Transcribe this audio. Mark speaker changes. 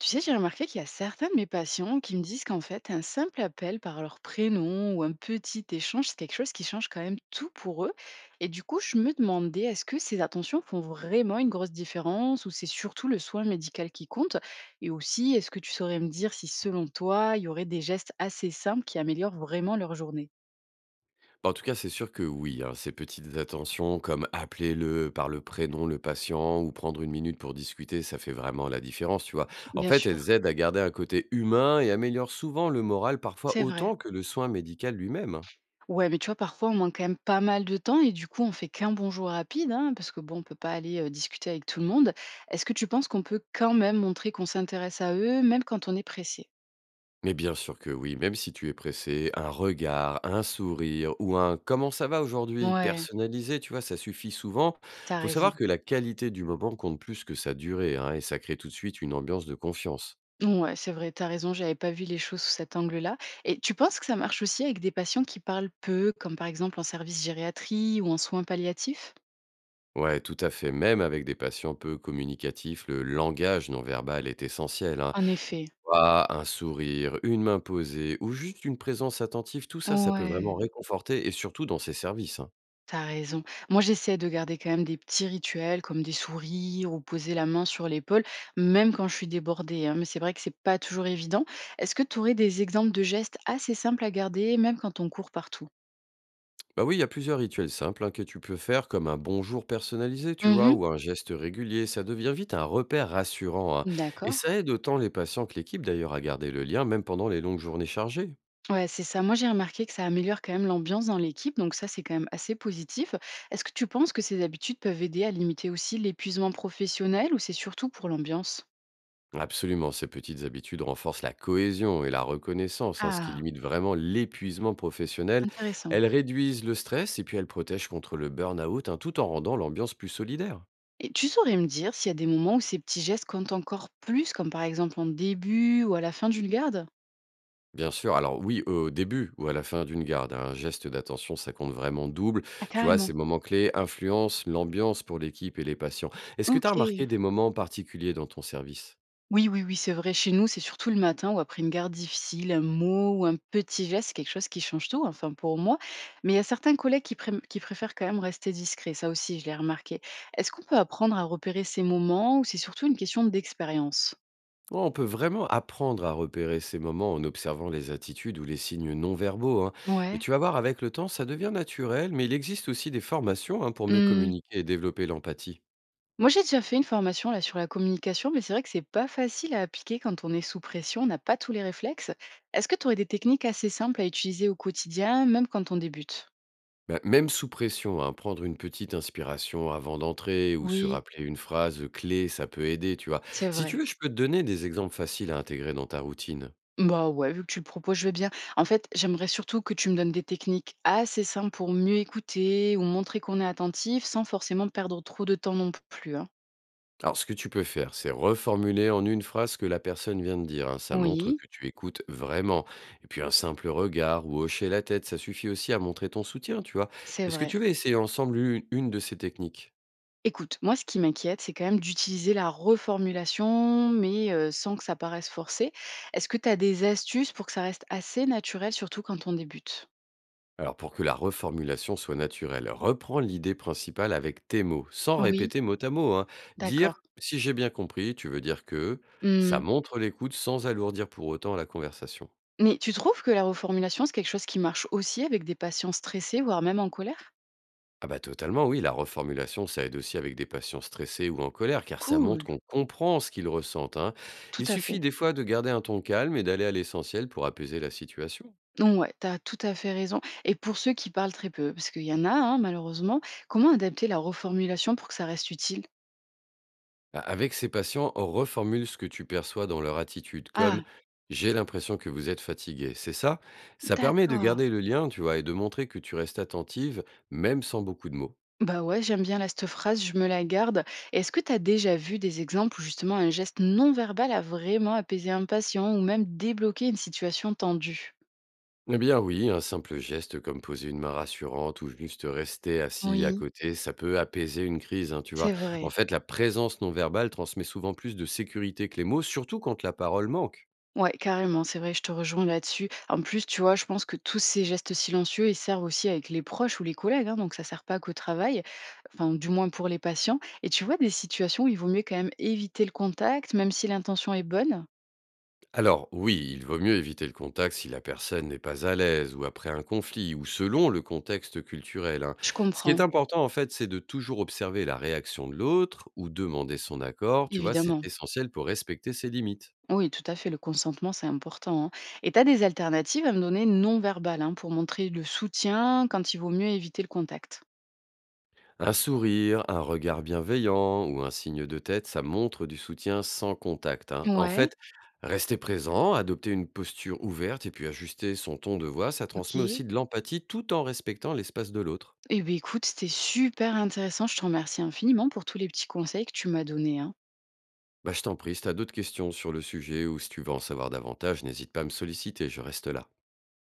Speaker 1: Tu sais, j'ai remarqué qu'il y a certains de mes patients qui me disent un simple appel par leur prénom ou un petit échange, c'est quelque chose qui change quand même tout pour eux. Et du coup, je me demandais, est-ce que ces attentions font vraiment une grosse différence ou c'est surtout le soin médical qui compte? Et aussi, est-ce que tu saurais me dire si, selon toi, il y aurait des gestes assez simples qui améliorent vraiment leur journée?
Speaker 2: En tout cas, c'est sûr que oui, hein, ces petites attentions comme appeler le par le prénom le patient ou prendre une minute pour discuter, ça fait vraiment la différence, tu vois. En
Speaker 1: Bien
Speaker 2: fait,
Speaker 1: sûr,
Speaker 2: elles aident à garder un côté humain et améliorent souvent le moral, parfois
Speaker 1: c'est vrai.
Speaker 2: autant que le soin médical lui-même, hein.
Speaker 1: Ouais, mais tu vois, parfois, on manque quand même pas mal de temps et du coup, on fait qu'un bonjour rapide, hein, parce que bon, on peut pas aller discuter avec tout le monde. Est-ce que tu penses qu'on peut quand même montrer qu'on s'intéresse à eux, même quand on est pressé?
Speaker 2: Mais bien sûr que oui, même si tu es pressé, un regard, un sourire ou un comment ça va aujourd'hui
Speaker 1: Ouais,
Speaker 2: personnalisé, tu vois, ça suffit souvent.
Speaker 1: t'as
Speaker 2: Faut
Speaker 1: raison.
Speaker 2: savoir que la qualité du moment compte plus que sa durée, hein, et ça crée tout de suite une ambiance de confiance.
Speaker 1: Ouais, c'est vrai, t'as raison, j'avais pas vu les choses sous cet angle-là. Et tu penses que ça marche aussi avec des patients qui parlent peu, comme par exemple en service gériatrie ou en soins palliatifs?
Speaker 2: Ouais, tout à fait. Même avec des patients peu communicatifs, le langage non verbal est essentiel, hein.
Speaker 1: En effet.
Speaker 2: Ah, un sourire, une main posée ou juste une présence attentive, tout ça, ça peut
Speaker 1: Ouais.
Speaker 2: vraiment réconforter, et surtout dans ces services, hein.
Speaker 1: T'as raison. Moi, j'essaie de garder quand même des petits rituels comme des sourires ou poser la main sur l'épaule, même quand je suis débordée, hein. Mais c'est vrai que c'est pas toujours évident. Est-ce que tu aurais des exemples de gestes assez simples à garder, même quand on court partout?
Speaker 2: Bah oui, il y a plusieurs rituels simples, hein, que tu peux faire, comme un bonjour personnalisé, tu vois,
Speaker 1: Mhm.
Speaker 2: ou un geste régulier. Ça devient vite un repère rassurant, hein. Et
Speaker 1: D'accord.
Speaker 2: ça aide autant les patients que l'équipe d'ailleurs à garder le lien, même pendant les longues journées chargées.
Speaker 1: Ouais, c'est ça. Moi, j'ai remarqué que ça améliore quand même l'ambiance dans l'équipe, donc ça, c'est quand même assez positif. Est-ce que tu penses que ces habitudes peuvent aider à limiter aussi l'épuisement professionnel ou c'est surtout pour l'ambiance?
Speaker 2: Absolument, ces petites habitudes renforcent la cohésion et la reconnaissance, hein, ce qui
Speaker 1: Ah,
Speaker 2: limite vraiment l'épuisement professionnel.
Speaker 1: intéressant.
Speaker 2: Elles réduisent le stress et puis elles protègent contre le burn-out, hein, tout en rendant l'ambiance plus solidaire.
Speaker 1: Et tu saurais me dire s'il y a des moments où ces petits gestes comptent encore plus, comme par exemple en début ou à la fin d'une garde?
Speaker 2: Bien sûr, alors oui, au début ou à la fin d'une garde, hein, un geste d'attention, ça compte vraiment double.
Speaker 1: Ah,
Speaker 2: Tu vois,
Speaker 1: carrément.
Speaker 2: ces moments clés influencent l'ambiance pour l'équipe et les patients. Est-ce que tu as remarqué
Speaker 1: Ok.
Speaker 2: des moments particuliers dans ton service?
Speaker 1: Oui, oui, oui, c'est vrai. Chez nous, c'est surtout le matin ou après une garde difficile, un mot ou un petit geste, c'est quelque chose qui change tout, enfin pour moi. Mais il y a certains collègues qui, qui préfèrent quand même rester discrets. Ça aussi, je l'ai remarqué. Est-ce qu'on peut apprendre à repérer ces moments ou c'est surtout une question d'expérience?
Speaker 2: Ouais, on peut vraiment apprendre à repérer ces moments en observant les attitudes ou les signes non verbaux, hein. Et
Speaker 1: Ouais.
Speaker 2: tu vas voir, avec le temps, ça devient naturel, mais il existe aussi des formations, hein, pour mieux communiquer et développer l'empathie.
Speaker 1: Moi, j'ai déjà fait une formation là sur la communication, mais c'est vrai que c'est pas facile à appliquer quand on est sous pression, on n'a pas tous les réflexes. Est-ce que tu aurais des techniques assez simples à utiliser au quotidien, même quand on débute?
Speaker 2: Bah, même sous pression, hein, prendre une petite inspiration avant d'entrer ou se
Speaker 1: Oui,
Speaker 2: rappeler une phrase clé, ça peut aider, tu vois.
Speaker 1: c'est
Speaker 2: Si tu
Speaker 1: vrai.
Speaker 2: veux, je peux te donner des exemples faciles à intégrer dans ta routine.
Speaker 1: Bah ouais, vu que tu le proposes, je vais bien. J'aimerais surtout que tu me donnes des techniques assez simples pour mieux écouter ou montrer qu'on est attentif sans forcément perdre trop de temps non plus, hein.
Speaker 2: Alors, ce que tu peux faire, c'est reformuler en une phrase ce que la personne vient de dire, hein. Ça montre
Speaker 1: Oui,
Speaker 2: que tu écoutes vraiment. Et puis, un simple regard ou hocher la tête, ça suffit aussi à montrer ton soutien, tu vois.
Speaker 1: c'est
Speaker 2: Est-ce que
Speaker 1: vrai.
Speaker 2: tu veux essayer ensemble une de ces techniques?
Speaker 1: Écoute, moi, ce qui m'inquiète, c'est quand même d'utiliser la reformulation, mais sans que ça paraisse forcé. Est-ce que tu as des astuces pour que ça reste assez naturel, surtout quand on débute?
Speaker 2: Alors, pour que la reformulation soit naturelle, reprends l'idée principale avec tes mots, sans
Speaker 1: Oui,
Speaker 2: répéter mot à mot, hein. Dire,
Speaker 1: d'accord.
Speaker 2: si j'ai bien compris, tu veux dire que ça
Speaker 1: Mmh.
Speaker 2: montre l'écoute sans alourdir pour autant la conversation.
Speaker 1: Mais tu trouves que la reformulation, c'est quelque chose qui marche aussi avec des patients stressés, voire même en colère?
Speaker 2: Ah bah totalement, oui, la reformulation, ça aide aussi avec des patients stressés ou en colère, car ça
Speaker 1: Cool,
Speaker 2: montre qu'on comprend ce qu'ils ressentent, hein.
Speaker 1: tout
Speaker 2: Il
Speaker 1: à fait.
Speaker 2: suffit des fois de garder un ton calme et d'aller à l'essentiel pour apaiser la situation.
Speaker 1: Non, ouais, t'as tout à fait raison, et pour ceux qui parlent très peu, parce qu'il y en a, hein, malheureusement, comment adapter la reformulation pour que ça reste utile?
Speaker 2: Avec ces patients, on reformule ce que tu perçois dans leur attitude, comme
Speaker 1: Ah,
Speaker 2: j'ai l'impression que vous êtes fatigué. C'est ça? Ça permet de
Speaker 1: d'accord.
Speaker 2: garder le lien, tu vois, et de montrer que tu restes attentive, même sans beaucoup de mots.
Speaker 1: Bah ouais, j'aime bien là cette phrase, je me la garde. Est-ce que tu as déjà vu des exemples où justement un geste non verbal a vraiment apaisé un patient ou même débloqué une situation tendue?
Speaker 2: Eh bien oui, un simple geste comme poser une main rassurante ou juste rester assis à
Speaker 1: Oui,
Speaker 2: côté, ça peut apaiser une crise, hein, tu vois.
Speaker 1: c'est
Speaker 2: En
Speaker 1: vrai.
Speaker 2: fait, la présence non verbale transmet souvent plus de sécurité que les mots, surtout quand la parole manque.
Speaker 1: Ouais, carrément, c'est vrai, je te rejoins là-dessus. En plus, tu vois, je pense que tous ces gestes silencieux, ils servent aussi avec les proches ou les collègues, hein, donc ça sert pas qu'au travail, enfin, du moins pour les patients. Et tu vois, des situations où il vaut mieux quand même éviter le contact, même si l'intention est bonne.
Speaker 2: Alors oui, il vaut mieux éviter le contact si la personne n'est pas à l'aise ou après un conflit ou selon le contexte culturel, hein.
Speaker 1: Je
Speaker 2: Ce qui
Speaker 1: comprends,
Speaker 2: est important en fait, c'est de toujours observer la réaction de l'autre ou demander son accord, tu vois, c'est
Speaker 1: évidemment.
Speaker 2: essentiel pour respecter ses limites.
Speaker 1: Oui, tout à fait, le consentement, c'est important, hein. Et tu as des alternatives à me donner non verbales, hein, pour montrer le soutien quand il vaut mieux éviter le contact.
Speaker 2: Un sourire, un regard bienveillant ou un signe de tête, ça montre du soutien sans contact, hein. En
Speaker 1: Ouais,
Speaker 2: fait, rester présent, adopter une posture ouverte et puis ajuster son ton de voix, ça transmet
Speaker 1: ok.
Speaker 2: aussi de l'empathie tout en respectant l'espace de l'autre.
Speaker 1: Eh bien, écoute, c'était super intéressant. Je te remercie infiniment pour tous les petits conseils que tu m'as donnés, hein.
Speaker 2: Bah, je t'en prie, si t'as d'autres questions sur le sujet ou si tu veux en savoir davantage, n'hésite pas à me solliciter, je reste là.